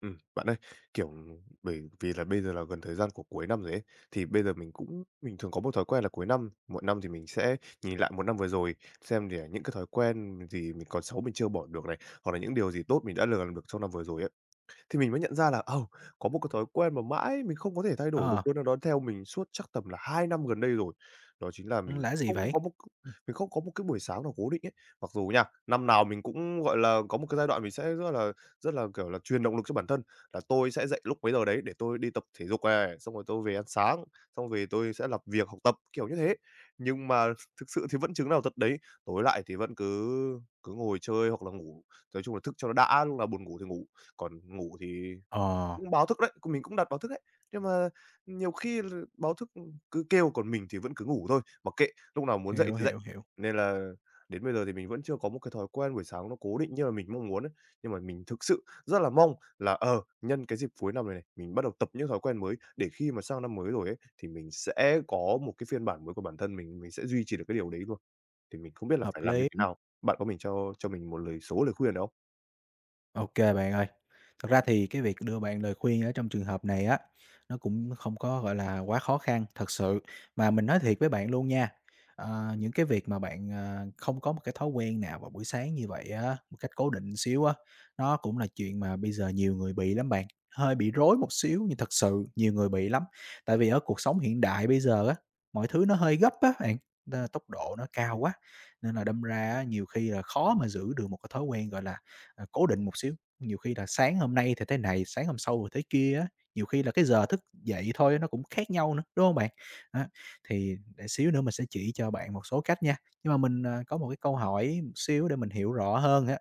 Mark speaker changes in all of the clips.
Speaker 1: Bạn ơi, kiểu, bởi vì là bây giờ là gần thời gian của cuối năm rồi ấy, thì bây giờ mình thường có một thói quen là cuối năm, mỗi năm thì mình sẽ nhìn lại một năm vừa rồi, xem để những cái thói quen gì mình còn xấu mình chưa bỏ được này, hoặc là những điều gì tốt mình đã lừa làm được trong năm vừa rồi ấy thì mình mới nhận ra là, ồ, có một cái thói quen mà mãi mình không có thể thay đổi được
Speaker 2: Ờ,
Speaker 1: luôn, nó theo mình suốt chắc tầm là 2 năm gần đây rồi. Đó chính là mình
Speaker 2: lạ gì
Speaker 1: không
Speaker 2: vậy?
Speaker 1: có một
Speaker 2: Ừm,
Speaker 1: mình không có một cái buổi sáng nào cố định ấy. Mặc dù nha, năm nào mình cũng, gọi là, có một cái giai đoạn mình sẽ rất là truyền động lực cho bản thân, là tôi sẽ dậy lúc mấy giờ đấy để tôi đi tập thể dục này, xong rồi tôi về ăn sáng, xong về tôi sẽ làm việc, học tập, kiểu như thế. Nhưng mà thực sự thì vẫn chứng nào tật đấy, tối lại thì vẫn cứ cứ ngồi chơi hoặc là ngủ, nói chung là thức cho nó đã, lúc nào buồn ngủ thì ngủ. Còn ngủ thì
Speaker 2: ờ,
Speaker 1: cũng báo thức đấy, cũng mình cũng đặt báo thức đấy, nhưng mà nhiều khi là báo thức, ừ, cứ kêu còn mình thì vẫn cứ ngủ thôi, mặc kệ, lúc nào muốn dậy
Speaker 2: hiểu,
Speaker 1: thì dậy.
Speaker 2: hiểu, hiểu,
Speaker 1: Nên là đến bây giờ thì mình vẫn chưa có một cái thói quen buổi sáng nó cố định như là mình mong muốn ấy, nhưng mà mình thực sự rất là mong là, nhân cái dịp cuối năm này này, mình bắt đầu tập những thói quen mới để khi mà sang năm mới rồi ấy, thì mình sẽ có một cái phiên bản mới của bản thân mình sẽ duy trì được cái điều đấy luôn. Thì mình không biết là
Speaker 2: hợp
Speaker 1: phải làm như
Speaker 2: lý.
Speaker 1: thế nào? Bạn có mình cho mình một lời khuyên được không?
Speaker 2: OK bạn ơi. Thật ra thì cái việc đưa bạn lời khuyên ở trong trường hợp này á, nó cũng không có, gọi là, quá khó khăn thật sự. Mà mình nói thiệt với bạn luôn nha, những cái việc mà bạn, không có một cái thói quen nào vào buổi sáng như vậy á, một cách cố định xíu á, nó cũng là chuyện mà bây giờ nhiều người bị lắm bạn, hơi bị rối một xíu nhưng thật sự nhiều người bị lắm. Tại vì ở cuộc sống hiện đại bây giờ á, mọi thứ nó hơi gấp á bạn, tốc độ nó cao quá, nên là đâm ra á, nhiều khi là khó mà giữ được một cái thói quen, gọi là, cố định một xíu. Nhiều khi là sáng hôm nay thì thế này, sáng hôm sau thì thế kia á, nhiều khi là cái giờ thức dậy thôi nó cũng khác nhau nữa, đúng không bạn? Á, thì để xíu nữa mình sẽ chỉ cho bạn một số cách nha. Nhưng mà mình, có một cái câu hỏi một xíu để mình hiểu rõ hơn á.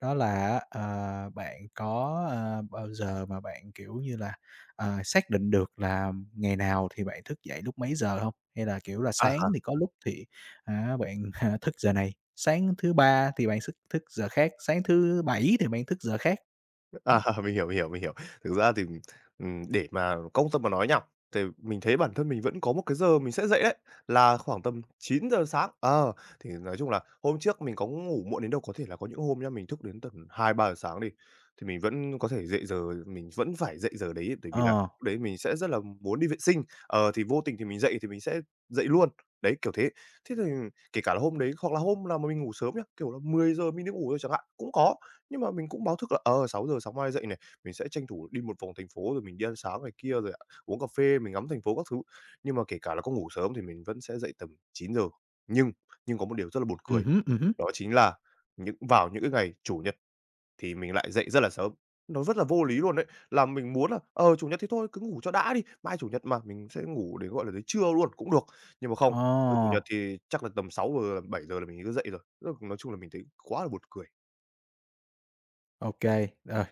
Speaker 2: Đó là bạn có, bao giờ mà bạn, kiểu như là, xác định được là ngày nào thì bạn thức dậy lúc mấy giờ không? Hay là, kiểu là,
Speaker 1: À. à.
Speaker 2: sáng thì có lúc thì á bạn, thức giờ này, sáng thứ Ba thì bạn thức thức giờ khác, sáng thứ Bảy thì bạn thức giờ khác?
Speaker 1: À,
Speaker 2: Ừm.
Speaker 1: mình hiểu, mình hiểu, mình hiểu. Thực ra thì, để mà công tâm mà nói nha, thì mình thấy bản thân mình vẫn có một cái giờ mình sẽ dậy đấy, là khoảng tầm 9 giờ sáng. Thì nói chung là hôm trước mình có ngủ muộn đến đâu, có thể là có những hôm nhá, mình thức đến tầm 2, 3 giờ sáng đi, thì mình vẫn có thể dậy giờ, mình vẫn phải dậy giờ đấy, bởi vì là
Speaker 2: Ờ,
Speaker 1: lúc đấy mình sẽ rất là muốn đi vệ sinh, thì vô tình thì mình dậy thì mình sẽ dậy luôn. Đấy, kiểu thế. Thế thì kể cả là hôm đấy hoặc là hôm nào mà mình ngủ sớm nhá, kiểu là 10 giờ mình đi ngủ rồi chẳng hạn, cũng có. Nhưng mà mình cũng báo thức là, 6 giờ sáng mai dậy này, mình sẽ tranh thủ đi một vòng thành phố rồi mình đi ăn sáng này kia, rồi uống cà phê, mình ngắm thành phố các thứ. Nhưng mà kể cả là có ngủ sớm thì mình vẫn sẽ dậy tầm 9 giờ. Nhưng nhưng có một điều rất là buồn cười,
Speaker 2: hứm, hứm.
Speaker 1: đó chính là vào những cái ngày Chủ nhật thì mình lại dậy rất là sớm. Nó rất là vô lý luôn đấy, là mình muốn là, Chủ nhật thì thôi cứ ngủ cho đã đi, mai Chủ nhật mà, mình sẽ ngủ đến, gọi là, đến trưa luôn cũng được. Nhưng mà không, tới Chủ
Speaker 2: Ờ.
Speaker 1: nhật thì chắc là tầm 6 giờ 7 giờ là mình cứ dậy rồi. Nói chung là mình thấy quá là buồn cười.
Speaker 2: OK, rồi,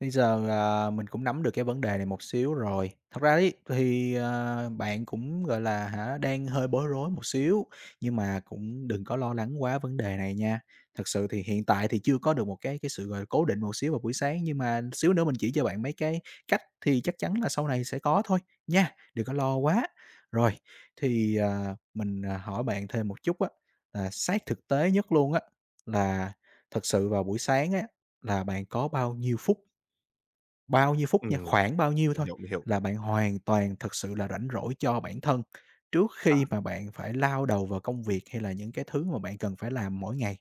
Speaker 2: bây giờ, mình cũng nắm được cái vấn đề này một xíu rồi. Thật ra ấy, thì, bạn cũng, gọi là, hả, đang hơi bối rối một xíu, nhưng mà cũng đừng có lo lắng quá vấn đề này nha. Thật sự thì hiện tại thì chưa có được một cái sự, gọi là, cố định một xíu vào buổi sáng, nhưng mà xíu nữa mình chỉ cho bạn mấy cái cách thì chắc chắn là sau này sẽ có thôi, nha, đừng có lo quá. Rồi, thì, mình, hỏi bạn thêm một chút á, là sát thực tế nhất luôn á, là thật sự vào buổi sáng á là bạn có bao nhiêu phút nha,
Speaker 1: Ừm,
Speaker 2: khoảng bao nhiêu
Speaker 1: mình
Speaker 2: thôi
Speaker 1: hiểu, mình hiểu.
Speaker 2: là bạn hoàn toàn thực sự là rảnh rỗi cho bản thân, trước khi mà bạn phải lao đầu vào công việc hay là những cái thứ mà bạn cần phải làm mỗi ngày.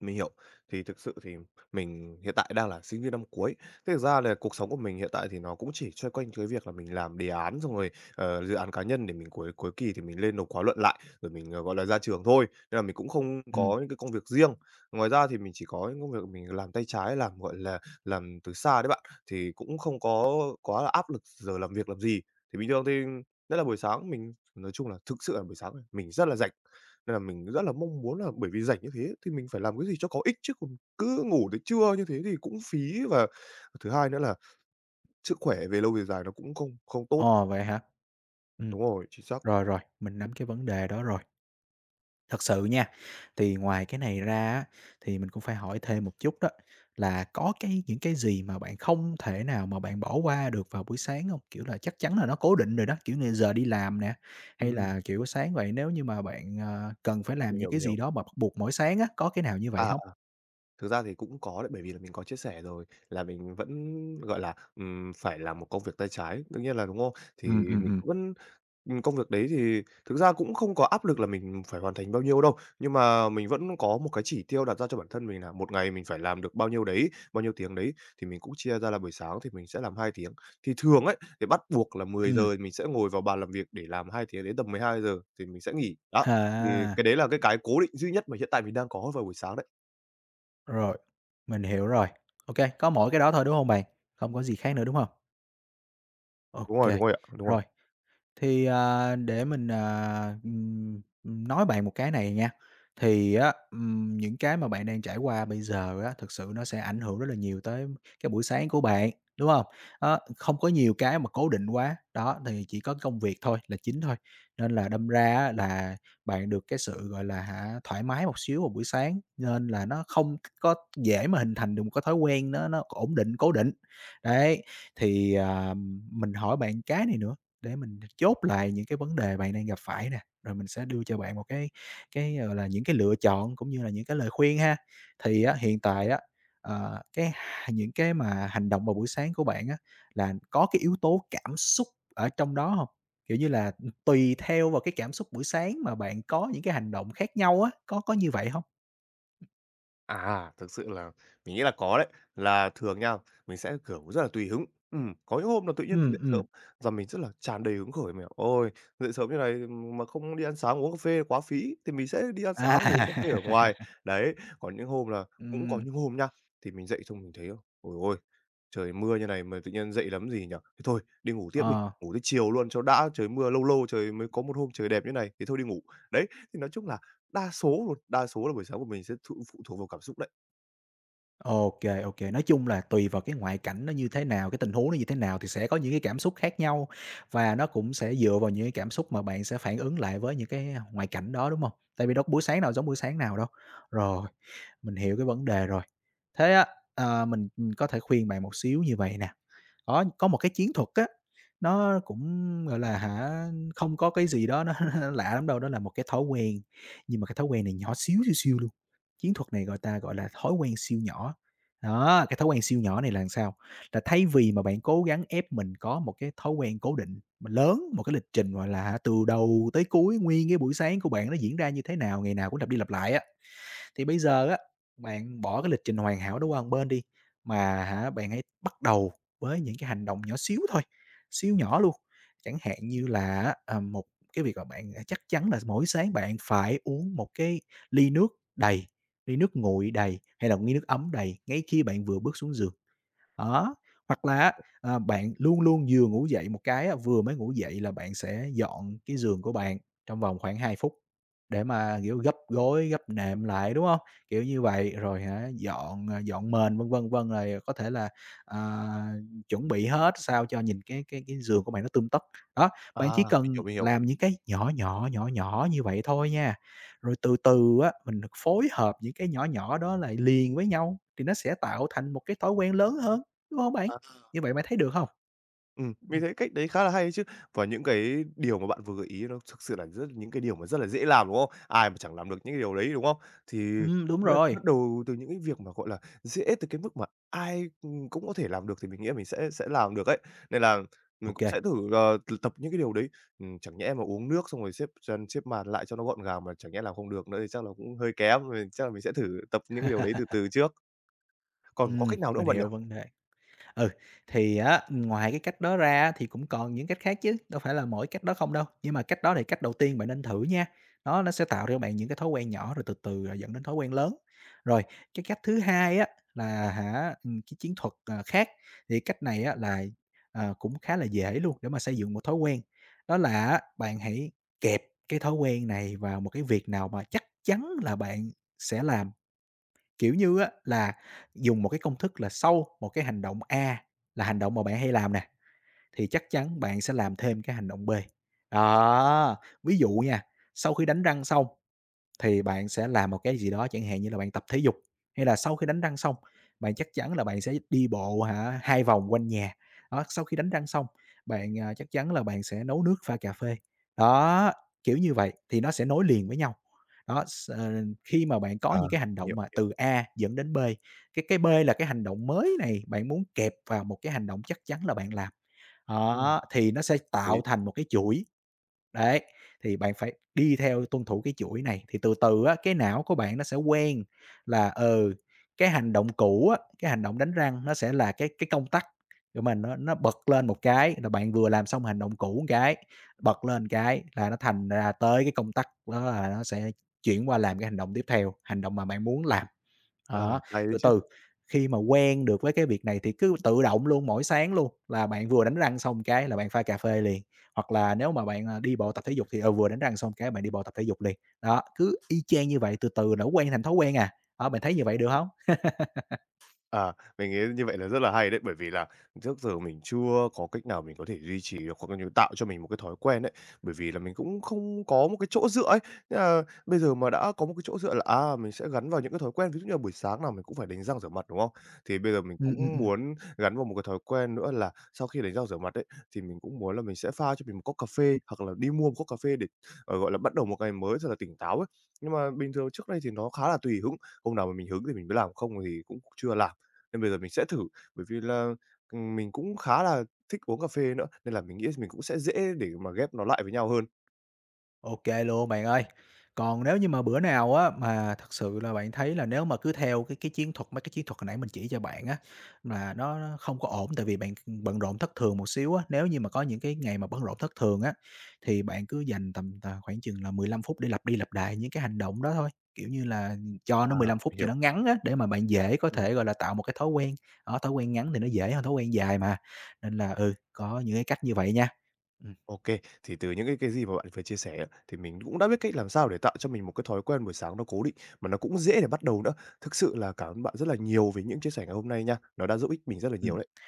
Speaker 1: Mình hiểu. Thì thực sự thì mình hiện tại đang là sinh viên năm cuối. Thế thực ra là cuộc sống của mình hiện tại thì nó cũng chỉ xoay quanh cái việc là mình làm đề án xong rồi, dự án cá nhân để mình cuối cuối kỳ thì mình lên nộp khóa luận lại, rồi mình, gọi là, ra trường thôi, nên là mình cũng không
Speaker 2: Ừm,
Speaker 1: có những cái công việc riêng. Ngoài ra thì mình chỉ có những công việc mình làm tay trái, làm, gọi là, làm từ xa đấy bạn, thì cũng không có quá là áp lực giờ làm việc làm gì. Thì bình thường thì rất là buổi sáng mình nói chung là thực sự là buổi sáng mình rất là rảnh. Nên là mình rất là mong muốn là bởi vì rảnh như thế thì mình phải làm cái gì cho có ích chứ còn cứ ngủ tới trưa như thế thì cũng phí. Và thứ hai nữa là sức khỏe về lâu về dài nó cũng không không tốt.
Speaker 2: ồ, vậy hả? Ừm,
Speaker 1: Đúng rồi, chính xác.
Speaker 2: rồi, rồi, mình nắm cái vấn đề đó rồi. Thật sự nha, thì ngoài cái này ra á, thì mình cũng phải hỏi thêm một chút đó là có cái những cái gì mà bạn không thể nào mà bạn bỏ qua được vào buổi sáng hông? Kiểu là, chắc chắn là nó cố định rồi đó, kiểu như, giờ đi làm nè, hay
Speaker 1: Ừm,
Speaker 2: là, kiểu, sáng vậy nếu như mà bạn, cần phải
Speaker 1: mình
Speaker 2: làm những
Speaker 1: hiểu,
Speaker 2: cái
Speaker 1: mình
Speaker 2: gì
Speaker 1: hiểu.
Speaker 2: đó mà bắt buộc mỗi sáng á, có cái nào như vậy
Speaker 1: À.
Speaker 2: hông?
Speaker 1: Thực ra thì cũng có đấy, bởi vì là mình có chia sẻ rồi là mình vẫn, gọi là, phải làm một công việc tay trái, đương nhiên là đúng không? Thì
Speaker 2: Ừm, ừm,
Speaker 1: mình
Speaker 2: ừm,
Speaker 1: cũng vẫn công việc đấy thì thực ra cũng không có áp lực là mình phải hoàn thành bao nhiêu đâu, nhưng mà mình vẫn có một cái chỉ tiêu đặt ra cho bản thân mình là một ngày mình phải làm được bao nhiêu đấy, bao nhiêu tiếng đấy, thì mình cũng chia ra là buổi sáng thì mình sẽ làm 2 tiếng. Thì thường ấy, thì bắt buộc là 10 giờ
Speaker 2: ừm,
Speaker 1: mình sẽ ngồi vào bàn làm việc để làm 2 tiếng đến tầm 12 giờ thì mình sẽ nghỉ. Đó, thì
Speaker 2: à,
Speaker 1: cái đấy là cái cố định duy nhất mà hiện tại mình đang có vào buổi sáng đấy.
Speaker 2: rồi, mình hiểu rồi. Ô kê, có mỗi cái đó thôi, đúng hông bạn? Không có gì khác nữa, đúng hông? Ô kê,
Speaker 1: Đúng rồi ạ, đúng rồi.
Speaker 2: rồi. Thì, để mình, nói bạn một cái này nha, thì á, những cái mà bạn đang trải qua bây giờ á, thực sự nó sẽ ảnh hưởng rất là nhiều tới cái buổi sáng của bạn, đúng không? Đó, không có nhiều cái mà cố định quá, đó, thì chỉ có công việc thôi là chính thôi, nên là đâm ra á là bạn được cái sự, gọi là, hả, thoải mái một xíu vào buổi sáng, nên là nó không có dễ mà hình thành được một cái thói quen nó ổn định, cố định. Đấy, thì, mình hỏi bạn cái này nữa để mình chốt lại những cái vấn đề bạn đang gặp phải nè, rồi mình sẽ đưa cho bạn một cái, gọi là, những cái lựa chọn cũng như là những cái lời khuyên ha. Thì á, hiện tại á, ờ, cái h những cái mà hành động vào buổi sáng của bạn á, là có cái yếu tố cảm xúc ở trong đó không? Kiểu như là, ừ, tùy theo vào cái cảm xúc buổi sáng mà bạn có những cái hành động khác nhau á, có như vậy không?
Speaker 1: À, thực sự là mình nghĩ là có đấy, là thường nha, mình sẽ, kiểu, rất là tùy hứng. Có những hôm là tự nhiên mình dậy
Speaker 2: Ừm,
Speaker 1: sớm,
Speaker 2: ừm,
Speaker 1: giờ mình rất là tràn đầy hứng khởi, mình bảo: "Ôi, dậy sớm như này mà không đi ăn sáng uống cà phê quá phí." Thì mình sẽ đi ăn
Speaker 2: à.
Speaker 1: sáng uống cà phê ở ngoài. Đấy, còn những hôm là cũng có
Speaker 2: Ừm,
Speaker 1: những hôm nha, thì mình dậy xong mình thấy, ôi ôi, trời mưa như này mà tự nhiên dậy lắm gì nhỉ? Thế thôi, đi ngủ tiếp đi,
Speaker 2: ờ.
Speaker 1: ngủ tới chiều luôn cho đã, trời mưa lâu lâu trời mới có một hôm trời đẹp như này, thế thôi đi ngủ. Đấy, thì nói chung là đa số luôn, đa số là buổi sáng của mình sẽ phụ thuộc vào cảm xúc đấy.
Speaker 2: OK. OK. Nói chung là tùy vào cái ngoại cảnh nó như thế nào, cái tình huống nó như thế nào thì sẽ có những cái cảm xúc khác nhau và nó cũng sẽ dựa vào những cái cảm xúc mà bạn sẽ phản ứng lại với những cái ngoại cảnh đó, đúng không? Tại vì đâu có buổi sáng nào giống buổi sáng nào đâu. Rồi, mình hiểu cái vấn đề rồi. Thế á, mình, có thể khuyên bạn một xíu như vậy nè. Có một cái chiến thuật á, nó cũng, gọi là, hả, không có cái gì đó nó lạ lắm đâu, đó là một cái thói quen, nhưng mà cái thói quen này nhỏ xíu, xíu xiu luôn. Chiến thuật này ta gọi là thói quen siêu nhỏ. Đó, cái thói quen siêu nhỏ này là làm sao? Là thay vì mà bạn cố gắng ép mình có một cái thói quen cố định mà lớn, một cái lịch trình, gọi là, hả, từ đầu tới cuối nguyên cái buổi sáng của bạn nó diễn ra như thế nào, ngày nào cũng lặp đi lặp lại á thì bây giờ á, bạn bỏ cái lịch trình hoàn hảo đó qua một bên đi, mà hả, bạn hãy bắt đầu với những cái hành động nhỏ xíu thôi, siêu nhỏ luôn. Chẳng hạn như là á, một cái việc mà bạn chắc chắn là mỗi sáng bạn phải uống một cái ly nước đầy, ly nước nguội đầy hay là một ly nước ấm đầy ngay khi bạn vừa bước xuống giường. Đó, hoặc là á, bạn luôn luôn vừa ngủ dậy một cái á, vừa mới ngủ dậy là bạn sẽ dọn cái giường của bạn trong vòng khoảng 2 phút để mà, kiểu, gấp gối, gấp nệm lại, đúng không? Kiểu như vậy, rồi hả, dọn, dọn mền, vân vân, vân, rồi có thể là, ờ, chuẩn bị hết sao cho nhìn cái giường của bạn nó tươm tất. Đó,
Speaker 1: À.
Speaker 2: bạn chỉ
Speaker 1: Mình hiểu,
Speaker 2: cần
Speaker 1: mình hiểu.
Speaker 2: làm những cái nhỏ nhỏ, nhỏ nhỏ như vậy thôi nha, rồi từ từ á, mình phối hợp những cái nhỏ nhỏ đó lại liền với nhau thì nó sẽ tạo thành một cái thói quen lớn hơn. Đúng không bạn? Như vậy bạn thấy được không?
Speaker 1: Mình
Speaker 2: Ừm,
Speaker 1: thấy cách đấy khá là hay đấy chứ. Và những cái điều mà bạn vừa gợi ý nó thực sự là rất những cái điều mà rất là dễ làm, đúng không? Ai mà chẳng làm được những cái điều đấy, đúng không? Thì
Speaker 2: đúng
Speaker 1: nghĩa là
Speaker 2: rồi.
Speaker 1: bắt đầu từ những cái việc mà, gọi là, dễ tới cái mức mà ai, cũng có thể làm được thì mình nghĩ là mình sẽ làm được ấy. Nên là mình
Speaker 2: Ok
Speaker 1: cũng
Speaker 2: kê,
Speaker 1: sẽ thử, ờ, t tập những cái điều đấy. Chẳng nhẽ mà uống nước xong rồi xếp chân xếp màn lại cho nó gọn gàng mà chẳng nhẽ làm không được nữa thì chắc là cũng hơi kém, mình chắc là mình sẽ thử tập những cái điều đấy từ từ trước. Còn có cách nào nữa không
Speaker 2: mình
Speaker 1: bạn nhỉ?
Speaker 2: hiểu vấn đề. Ừ, thì á, ngoài cái cách đó ra á, thì cũng còn những cách khác chứ, đâu phải là mỗi cách đó không đâu. Nhưng mà cách đó thì cách đầu tiên bạn nên thử nha, nó sẽ tạo ra cho bạn những cái thói quen nhỏ rồi từ từ, dẫn đến thói quen lớn. Rồi, cái cách thứ hai á, là hả, cái chiến thuật, khác, thì cách này á là, cũng khá là dễ luôn để mà xây dựng một thói quen. Đó là á, bạn hãy kẹp cái thói quen này vào một cái việc nào mà chắc chắn là bạn sẽ làm. Kiểu như á là dùng một cái công thức là sau một cái hành động A là hành động mà bạn hay làm nè, thì chắc chắn bạn sẽ làm thêm cái hành động B. Đó, ví dụ nha, sau khi đánh răng xong thì bạn sẽ làm một cái gì đó, chẳng hạn như là bạn tập thể dục, hay là sau khi đánh răng xong, bạn chắc chắn là bạn sẽ đi bộ hả 2 vòng quanh nhà. Đó, sau khi đánh răng xong, bạn, chắc chắn là bạn sẽ nấu nước pha cà phê. Đó, kiểu như vậy, thì nó sẽ nối liền với nhau. Đó, khi mà bạn có
Speaker 1: À,
Speaker 2: những cái hành
Speaker 1: mình
Speaker 2: động
Speaker 1: hiểu,
Speaker 2: mà
Speaker 1: hiểu.
Speaker 2: từ A dẫn đến B, cái B là cái hành động mới này, bạn muốn kẹp vào một cái hành động chắc chắn là bạn làm.
Speaker 1: Ừm,
Speaker 2: Đó, thì nó sẽ
Speaker 1: Hợp lý.
Speaker 2: tạo thành một cái chuỗi. Đấy, thì bạn phải đi theo tuân thủ cái chuỗi này, thì từ từ á, cái não của bạn nó sẽ quen là, ừ, cái hành động cũ á, cái hành động đánh răng nó sẽ là cái công tắc của mình nó bật lên một cái là bạn vừa làm xong hành động cũ một cái, bật lên cái là nó thành ra tới cái công tắc đó là nó sẽ chuyển qua làm cái hành động tiếp theo, hành động mà bạn muốn làm.
Speaker 1: À,
Speaker 2: Đó,
Speaker 1: hay đấy
Speaker 2: từ
Speaker 1: chứ.
Speaker 2: từ, khi mà quen được với cái việc này thì cứ tự động luôn, mỗi sáng luôn là bạn vừa đánh răng xong cái là bạn pha cà phê liền, hoặc là nếu mà bạn, đi bộ tập thể dục thì, ừ, vừa đánh răng xong cái bạn đi bộ tập thể dục liền. Đó, cứ y chang như vậy, từ từ là nó quen thành thói quen à. Đó, bạn thấy như vậy được không?
Speaker 1: À, mình nghĩ như vậy là rất là hay đấy, bởi vì là trước giờ mình chưa có cách nào mình có thể duy trì hoặc là như tạo cho mình một cái thói quen đấy bởi vì là mình cũng không có một cái chỗ dựa ấy. Nên là bây giờ mà đã có một cái chỗ dựa là, mình sẽ gắn vào những cái thói quen, ví dụ như là buổi sáng nào mình cũng phải đánh răng rửa mặt, đúng không? Thì bây giờ mình
Speaker 2: Ừm, ừm,
Speaker 1: cũng
Speaker 2: ừm.
Speaker 1: muốn gắn vào một cái thói quen nữa là sau khi đánh răng rửa mặt ấy, thì mình cũng muốn là mình sẽ pha cho mình một cốc cà phê hoặc là đi mua một cốc cà phê để, gọi là, bắt đầu một ngày mới thật là tỉnh táo ấy. Nhưng mà bình thường trước đây thì nó khá là tùy hứng, hôm nào mà mình hứng thì mình mới làm, không thì cũng chưa làm. Nên bây giờ mình sẽ thử, bởi vì là, mình cũng khá là thích uống cà phê nữa, nên là mình nghĩ mình cũng sẽ dễ để mà ghép nó lại với nhau hơn.
Speaker 2: OK luôn bạn ơi. Còn nếu như mà bữa nào á, mà thật sự là bạn thấy là nếu mà cứ theo cái chiến thuật, mấy cái chiến thuật hồi nãy mình chỉ cho bạn á, là nó không có ổn, tại vì bạn, bận rộn thất thường một xíu á. Nếu như mà có những cái ngày mà bận rộn thất thường á, thì bạn cứ dành tầm khoảng chừng là 15 phút để lặp đi lặp lại những cái hành động đó thôi, kiểu như là, cho
Speaker 1: À,
Speaker 2: nó 15 phút
Speaker 1: mình
Speaker 2: cho
Speaker 1: hiểu.
Speaker 2: nó ngắn á, để mà bạn dễ có
Speaker 1: Ừm,
Speaker 2: thể, gọi là, tạo một cái thói quen. Đó, thói quen ngắn thì nó dễ hơn thói quen dài mà, nên là, ừ, có những cái cách như vậy nha. Ừm,
Speaker 1: ô Thì từ những cái gì mà bạn vừa chia sẻ á, thì mình cũng đã biết cách làm sao để tạo cho mình một cái thói quen buổi sáng nó cố định, mà nó cũng dễ để bắt đầu nữa. Thực sự là cảm ơn bạn rất là nhiều về những chia sẻ ngày hôm nay nha, nó đã giúp ích mình rất là nhiều đấy.